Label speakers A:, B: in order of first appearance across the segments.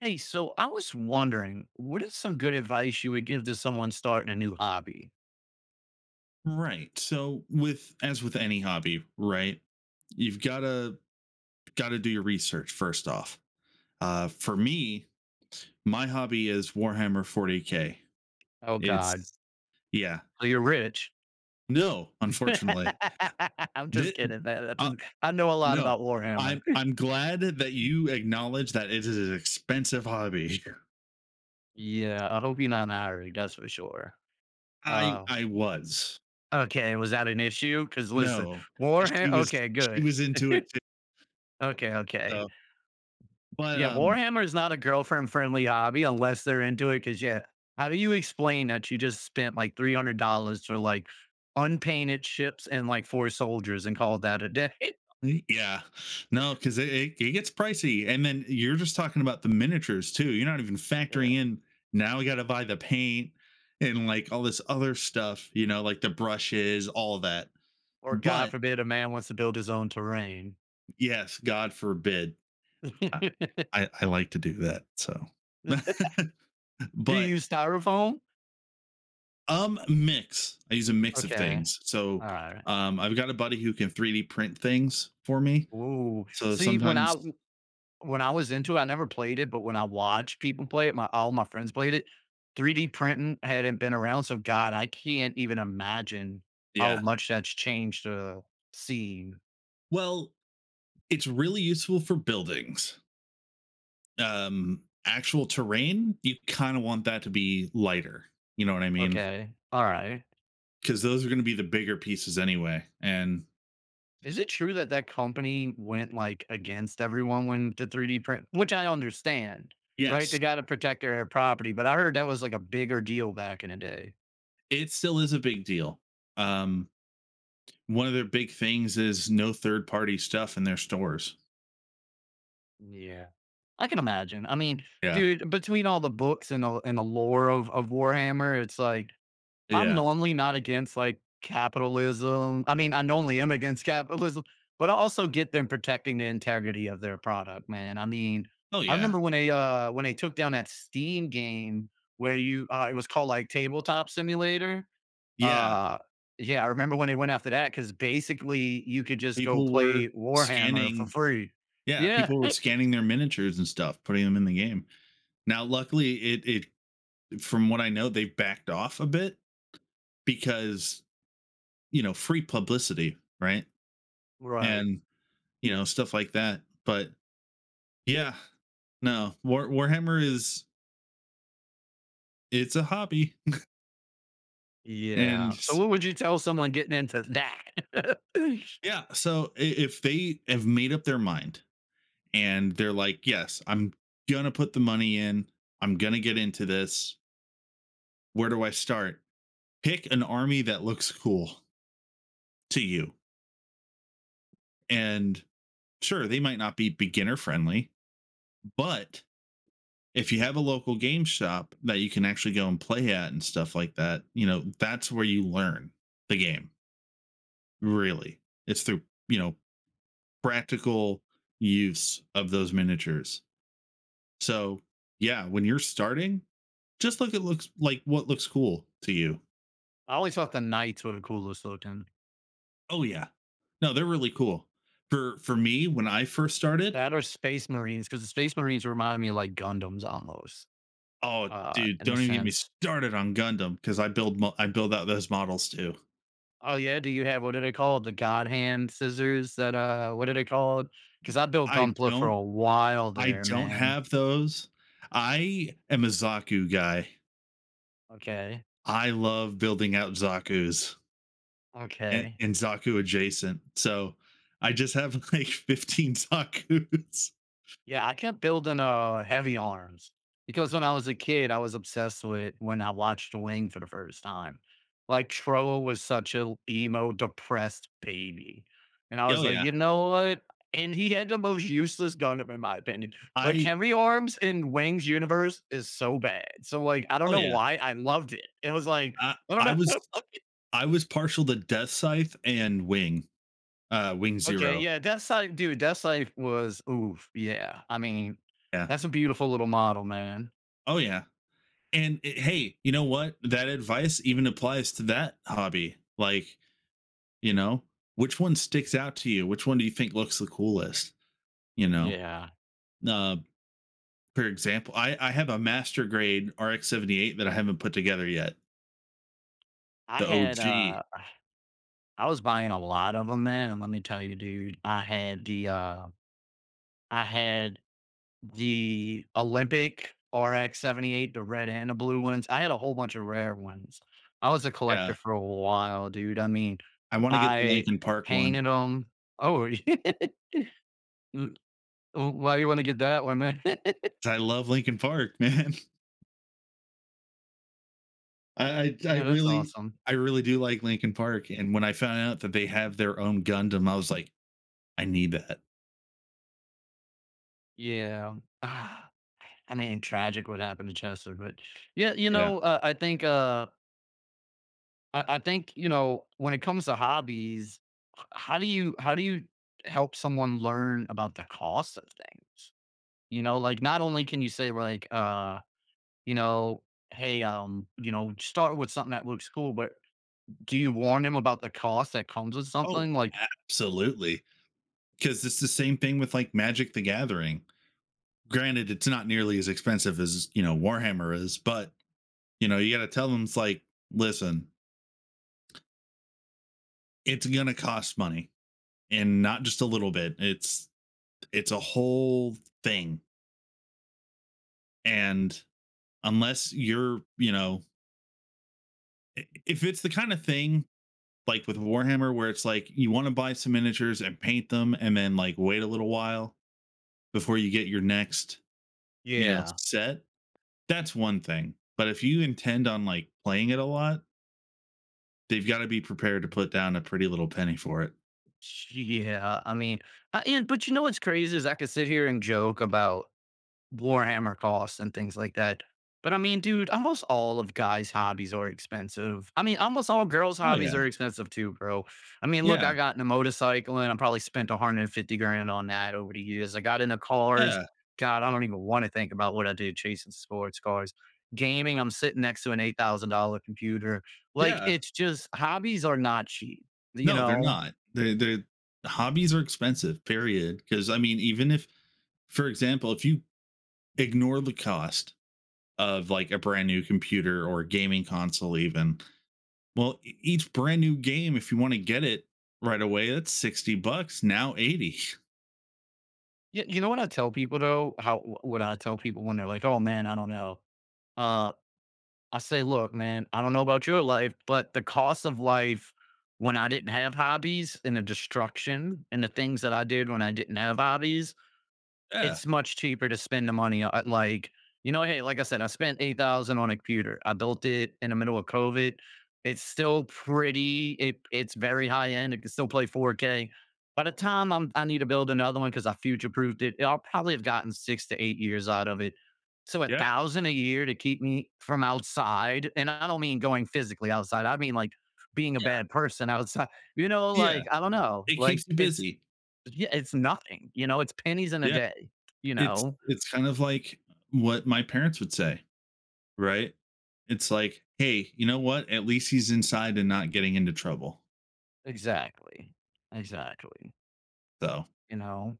A: Hey, so I was wondering, what is some good advice you would give to someone starting a new hobby?
B: Right. So with as with any hobby, right? You've got to do your research first off. For me, my hobby is Warhammer 40K.
A: Oh God,
B: It's Yeah.
A: so you're rich.
B: No, unfortunately.
A: I'm just
B: This,
A: kidding, man. I
B: uh,
A: just I know a lot
B: no.
A: about Warhammer.
B: I'm I'm glad that you acknowledge that it is an expensive hobby.
A: Yeah, I hope you're not an Irish, that's for sure.
B: I
A: Uh,
B: I was.
A: okay, was that an issue? Because listen,
B: No. 'cause She
A: Warhammer.
B: was
A: Okay,
B: she
A: good.
B: was into it too.
A: Okay, okay.
B: So, but
A: Yeah, Warhammer is not a girlfriend friendly hobby unless they're into it. Cause yeah, how do you explain that you just spent like $300 for like unpainted ships and like four soldiers and call that a day?
B: Right? Yeah. No, because it gets pricey. And then you're just talking about the miniatures too. You're not even
A: Yeah.
B: factoring in. Now we gotta buy the paint and like all this other stuff, like the brushes, all of that.
A: Or God
B: But
A: forbid, a man wants to build his own terrain.
B: yes, God forbid. I,
A: do
B: I like to do that. So,
A: you
B: but
A: use styrofoam?
B: mix. I use a mix of
A: Okay.
B: things. So,
A: All right.
B: I've got a buddy who can 3D print things for me.
A: Ooh.
B: So
A: See, when
B: sometimes
A: I When I was into it, I never played it, but when I watched people play it, my all my friends played it. 3D printing hadn't been around, so God, I can't even imagine how
B: Yeah.
A: much that's changed the scene.
B: Well, it's really useful for buildings. Actual terrain, you kind of want that to be lighter. You know what I mean?
A: Okay, alright.
B: Because those are going to be the bigger pieces anyway. And
A: Is it true that that company went, like, against everyone when the 3D print which I understand, right?
B: yes,
A: They gotta protect their property, but I heard that was, like, a bigger deal back in the day.
B: it still is a big deal. Um, One of their big things is no third party stuff in their stores.
A: Yeah. I can imagine. I mean,
B: Yeah.
A: dude, between all the books and the lore of Warhammer, it's like, I'm
B: Yeah.
A: normally not against like capitalism. I mean, I normally am against capitalism, but I also get them protecting the integrity of their product, man. I mean,
B: Oh,
A: I
B: yeah.
A: remember when they took down that Steam game where you it was called like Tabletop Simulator.
B: Yeah.
A: Uh yeah, I remember when they went after that because basically you could just go
B: People were
A: play Warhammer for
B: scanning.
A: free.
B: Yeah.
A: Yeah.
B: People were scanning their miniatures and stuff, putting them in the game. Now, luckily, from what I know, they've backed off a bit because, free publicity, right?
A: Right.
B: And stuff like that. But yeah, no, Warhammer is it's a hobby, and
A: Yeah. So what would you tell someone getting into that? I
B: yeah. So, if they have made up their mind and they're like, yes, I'm gonna put the money in, I'm gonna get into this. Where do I start? Pick an army that looks cool to you, and sure, they might not be beginner friendly, but if you have a local game shop that you can actually go and play at and stuff like that, you know, that's where you learn the game. Really, it's through you know practical use of those miniatures. So yeah, when you're starting, just look at looks like what looks cool to you.
A: always thought the knights were the coolest looking.
B: Oh yeah, no, they're really cool. For me, when I first started,
A: That or Space marines because the Space Marines remind me of, like, Gundams almost,
B: oh dude,
A: in a
B: don't even get me
A: sense.
B: started on Gundam because I build out those models too.
A: Oh, yeah, do you have what are they called? The God Hand scissors that, what are they called? Because I built
B: I
A: Gunpla for
B: don't
A: a while
B: I
A: there,
B: don't
A: man.
B: have those. I am a Zaku guy.
A: Okay,
B: I love building out Zaku's and,
A: okay.
B: and Zaku adjacent. So, I just have like 15 Zaku's.
A: Yeah, I kept building heavy arms because when I was a kid, I was obsessed with when I watched Wing for the first time. Like Trollo was such a emo, depressed baby, and I was
B: Oh
A: like,
B: yeah.
A: you know what? And he had the most useless Gundam, in my opinion. Like
B: I
A: heavy arms in Wing's universe is so bad. So like, I don't
B: Oh
A: know
B: yeah.
A: why I loved it. It was like.
B: I
A: I don't
B: I was
A: know.
B: I was partial to Death Scythe and Wing. Wing
A: Okay,
B: Zero.
A: yeah, Death Sight, dude. Death Sight was oof. Yeah, I mean,
B: Yeah.
A: that's a beautiful little model, man.
B: Oh yeah. And hey, you know what? That advice even applies to that hobby. Like, you know, which one sticks out to you? Which one do you think looks the coolest? You know?
A: Yeah.
B: Uh, for example, I have a master grade RX-78 that I haven't put together yet.
A: I
B: The
A: had,
B: OG.
A: uh, I was buying a lot of them, man, and let me tell you, dude, I had the Olympic RX-78, the red and the blue ones. I had a whole bunch of rare ones. I was a
B: Yeah.
A: collector for a while, dude. I mean,
B: I wanna get the
A: I
B: Lincoln Park one.
A: painted them. Oh, Mm, oh, why you want to get that one, man?
B: 'Cause I love Lincoln Park, man. I I I
A: Yeah, that's
B: really
A: awesome.
B: I really do like Lincoln Park, and when I found out that they have their own Gundam, I was like, "I need that."
A: Yeah. Ah, I mean, tragic what happened to Chester, but yeah, you
B: Yeah.
A: know, I think, I think you know when it comes to hobbies, how do you help someone learn about the cost of things? You know, like not only can you say like you know, hey, you know, start with something that looks cool, but do you warn them about the cost that comes with
B: Oh,
A: something? Like,
B: absolutely. Because it's the same thing with, like, Magic: The Gathering. Granted, it's not nearly as expensive as, Warhammer is, but, you gotta tell them it's like, "Listen, it's gonna cost money." And not just a little bit. It's a whole thing. And unless you're, if it's the kind of thing like with Warhammer where it's like you want to buy some miniatures and paint them and then like wait a little while before you get your next,
A: Yeah.
B: set, that's one thing. But if you intend on like playing it a lot, they've got to be prepared to put down a pretty little penny for it.
A: yeah, I mean, but you know what's crazy is I could sit here and joke about Warhammer costs and things like that. But I mean, dude, almost all of guys' hobbies are expensive. I mean, almost all girls'
B: Oh
A: hobbies
B: yeah.
A: are expensive too, bro. I mean, look,
B: Yeah.
A: I got into motorcycling. I probably spent 150 grand on that over the years. I got into cars.
B: Yeah.
A: God, I don't even want to think about what I did chasing sports cars. Gaming, I'm sitting next to an $8,000 computer. Like,
B: Yeah.
A: it's just hobbies are not cheap, you
B: No, they're
A: know?
B: not. They Hobbies are expensive, period. Because I mean, even if, for example, if you ignore the cost of like a brand new computer or a gaming console, even, well, each brand new game, if you want to get it right away, that's 60 bucks now, 80.
A: You know what I tell people though? What I tell people when they're like, oh man, I don't know. Um, I say, look, man, I don't know about your life, but the cost of life when I didn't have hobbies and the destruction and the things that I did when I didn't have hobbies,
B: Yeah,
A: it's much cheaper to spend the money on like you know, hey, like I said, I spent 8,000 on a computer. I built it in the middle of COVID. It's still pretty it's very high end. It can still play 4K. By the time I need to build another one, because I future proofed it, I'll probably have gotten 6 to 8 years out of it. So a
B: yeah,
A: thousand a year to keep me from outside, and I don't mean going physically outside, I mean like being a
B: yeah,
A: bad person outside. You know,
B: yeah.
A: like I don't know,
B: It
A: like
B: keeps you
A: it's
B: busy.
A: yeah, it's nothing, you know, it's pennies in a
B: Yeah,
A: day, you
B: it's
A: know?
B: it's kind of like what my parents would say, right? It's like, hey, you know what? At least he's inside and not getting into trouble.
A: Exactly. Exactly.
B: So,
A: You know?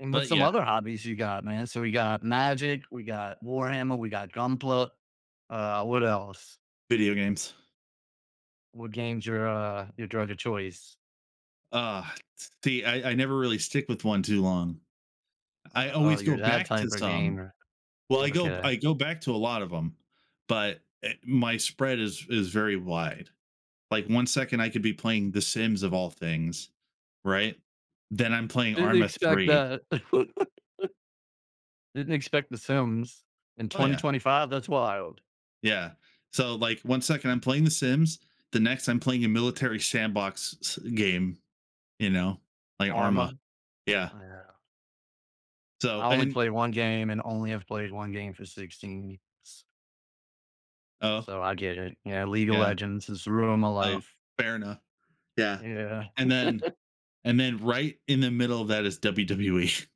A: And what's
B: but
A: some
B: yeah,
A: other hobbies you got, man? So we got Magic, we got Warhammer, we got Gunpla. What else?
B: Video games.
A: What game's your drug of choice?
B: Uh, See, I never really stick with one too long. I
A: Oh,
B: always go
A: you're that
B: back to
A: type of
B: some.
A: gamer.
B: Well, I go
A: Okay.
B: I go back to a lot of them, but my spread is very wide. Like one second I could be playing The Sims of all things, right? Then I'm playing
A: Didn't
B: Arma
A: expect
B: 3.
A: that. Didn't expect The Sims in
B: Oh yeah.
A: 2025, that's wild.
B: Yeah. So like one second I'm playing The Sims, the next I'm playing a military sandbox game, you know, like Arma.
A: Arma.
B: Yeah.
A: Yeah.
B: So
A: I only
B: and
A: played 1 game and only have played 1 game for 16 years.
B: Oh,
A: So I get it. Yeah, League of
B: yeah.
A: Legends has ruined my
B: Oh,
A: life.
B: fair enough. Yeah.
A: Yeah.
B: And then and then right in the middle of that is WWE.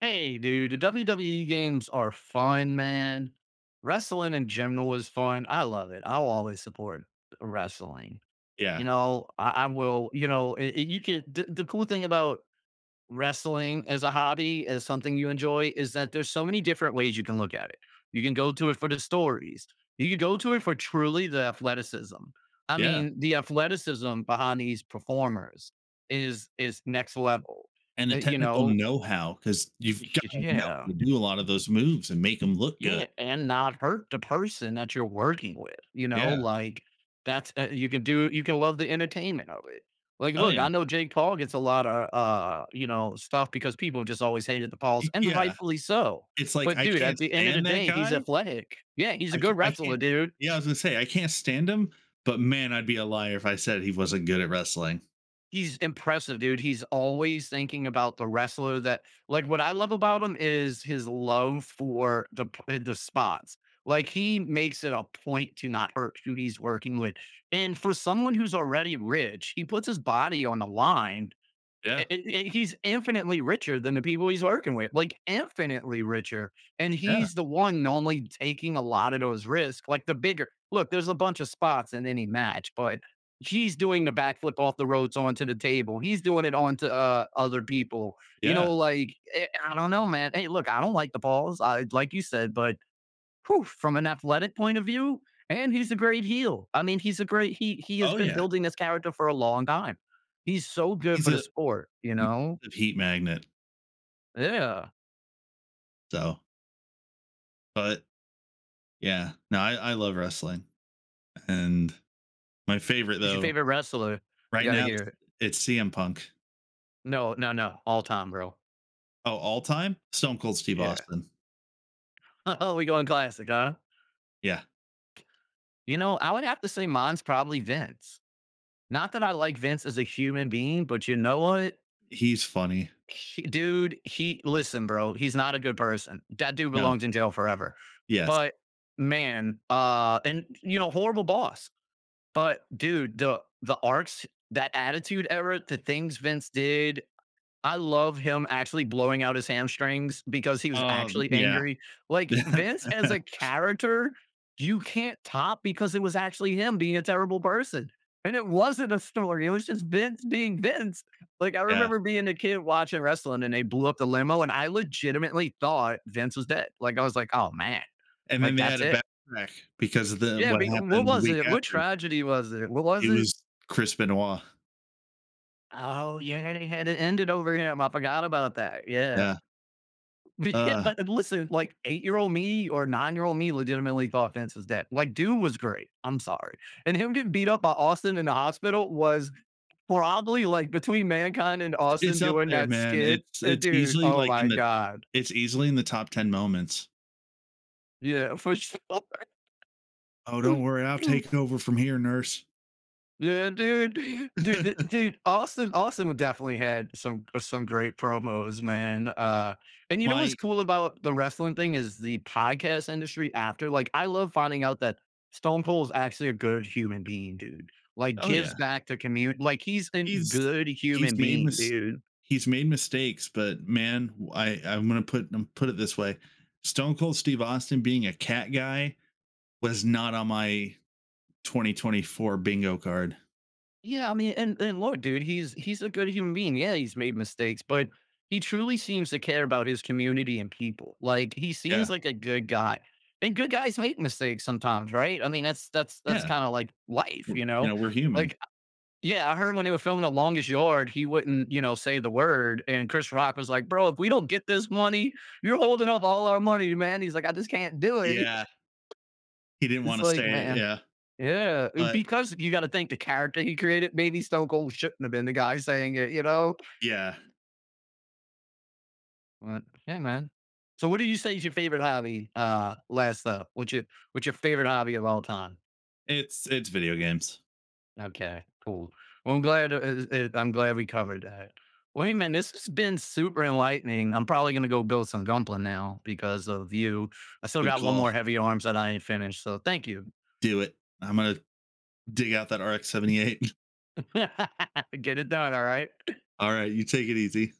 A: Hey, dude, the WWE games are fun, man. Wrestling in general is fun. I love it. I'll always support wrestling. You
B: Yeah.
A: know, I will, you know, you can, the cool thing about wrestling as a hobby, as something you enjoy, is that there's so many different ways you can look at it. You can go to it for the stories. You can go to it for truly the athleticism. I
B: Yeah.
A: mean, the athleticism behind these performers is next level.
B: And the
A: You
B: technical
A: know,
B: know-how cuz you've got to know how
A: yeah.
B: to do a lot of those moves and make them look good.
A: Yeah, and not hurt the person that you're working with, you know,
B: Yeah.
A: like that's you can do you can love the entertainment of it. Like,
B: Oh,
A: look,
B: yeah.
A: I know Jake Paul gets a lot of you know, stuff because people just always hated the
B: Y
A: Pauls, and
B: yeah.
A: rightfully so.
B: It's like,
A: But
B: I
A: dude,
B: can't
A: at the end of the
B: stand that
A: day, he's
B: guy.
A: athletic. Yeah, he's a
B: I c
A: good
B: I can't
A: wrestler, dude.
B: Yeah, I was gonna say, I can't stand him, but man, I'd be a liar if I said he wasn't good at wrestling.
A: He's impressive, dude. He's always thinking about the wrestler that like what I love about him is his love for the spots. Like he makes it a point to not hurt who he's working with. And for someone who's already rich, he puts his body on the line.
B: Yeah.
A: He's infinitely richer than the people he's working with, like infinitely richer. And
B: Yeah.
A: he's the one normally taking a lot of those risks. Like the bigger look, there's a bunch of spots in any match, but he's doing the backflip off the ropes onto the table. He's doing it onto other people. You
B: Yeah.
A: know, like I don't know, man. Hey, look, I don't like the balls. I like you said, but whew, from an athletic point of view, and he's a great heel. I mean, he's a great he has
B: Oh,
A: been
B: yeah.
A: building this character for a long time. He's so good
B: He's
A: for the
B: a
A: sport, you know?
B: a heat magnet.
A: Yeah.
B: So, but yeah, no, I love wrestling. And my favorite,
A: Who's your
B: though
A: favorite wrestler? I
B: Right
A: gotta
B: now, it's
A: hear it.
B: it's CM Punk.
A: No, no, no. All time, bro.
B: Oh, all time? Stone Cold Steve
A: Yeah.
B: Austin.
A: Oh, we going classic, huh?
B: Yeah,
A: You know, I would have to say mine's probably Vince. Not that I like Vince as a human being, but you know what?
B: he's funny.
A: She dude, he Listen, bro, he's not a good person. That dude
B: No,
A: belongs in jail forever.
B: yes.
A: But man, and you know, horrible boss. But dude, the arcs, that attitude era, the things Vince did, I love him actually blowing out his hamstrings because he was actually
B: Yeah.
A: angry. Like Vince as a character, you can't top because it was actually him being a terrible person. And it wasn't a story. It was just Vince being Vince. Like I
B: Yeah,
A: remember being a kid watching wrestling and they blew up the limo and I legitimately thought Vince was dead. Like I was like, oh man,
B: and then
A: like
B: they had
A: that's
B: a
A: it.
B: backtrack because of the
A: Yeah,
B: what
A: what
B: happened the
A: was
B: week
A: it? What
B: after.
A: tragedy was it? What was
B: It
A: it?
B: was Chris Benoit.
A: Oh yeah, they had it ended over him. I forgot about that. Yeah.
B: Yeah.
A: Yeah,
B: Uh,
A: but listen, like eight-year-old me or nine-year-old me legitimately thought Vince was dead. Like, dude was great. I'm sorry. And him getting beat up by Austin in the hospital was probably like between Mankind and Austin
B: it's up
A: doing
B: there,
A: that
B: man.
A: skit.
B: It's it's
A: Dude,
B: easily,
A: oh
B: like, in
A: my
B: the
A: God.
B: it's easily in the top 10 moments.
A: Yeah, for sure.
B: "Oh, don't worry, I'll take over from here, nurse."
A: Yeah, dude, dude. Austin, Austin definitely had some great promos, man. And you know what's
B: My
A: cool about the wrestling thing is the podcast industry after. Like, I love finding out that Stone Cold's actually a good human being, dude. Like,
B: Oh, yeah.
A: gives back to community. Like, he's a
B: he's
A: good
B: he's
A: human
B: made
A: being,
B: mis-
A: dude.
B: he's made mistakes, but man, I I'm gonna put I'm put it this way: Stone Cold Steve Austin being a cat guy was not on my 2024 bingo card.
A: Yeah, I mean, and look, dude, he's a good human being. Yeah, he's made mistakes, but he truly seems to care about his community and people. Like he seems
B: Yeah,
A: like a good guy. And good guys make mistakes sometimes, right? I mean, that's that's
B: yeah,
A: kind of like life,
B: you
A: you know?
B: know we're human.
A: Like, yeah, I heard when they were filming The Longest Yard, he wouldn't, you know, say the word. And Chris Rock was like, bro, if we don't get this money, you're holding up all our money, man. He's like, I just can't do it.
B: Yeah, he didn't want
A: It's
B: to
A: like,
B: say it.
A: man,
B: Yeah,
A: yeah,
B: but
A: because you gotta think the character he created, maybe Stone Cold shouldn't have been the guy saying it, you know?
B: yeah,
A: But, hey, man. So what do you say is your favorite hobby, last up? What's your favorite hobby of all time?
B: it's video games.
A: Okay, cool. Well, I'm glad we covered that. Wait, man, this has been super enlightening. I'm probably gonna go build some dumpling now because of you. I still
B: Good
A: got one
B: call.
A: more heavy arms that I ain't finished, so thank you.
B: Do it. I'm gonna dig out that RX-78.
A: Get it done, all right?
B: All right, you take it easy.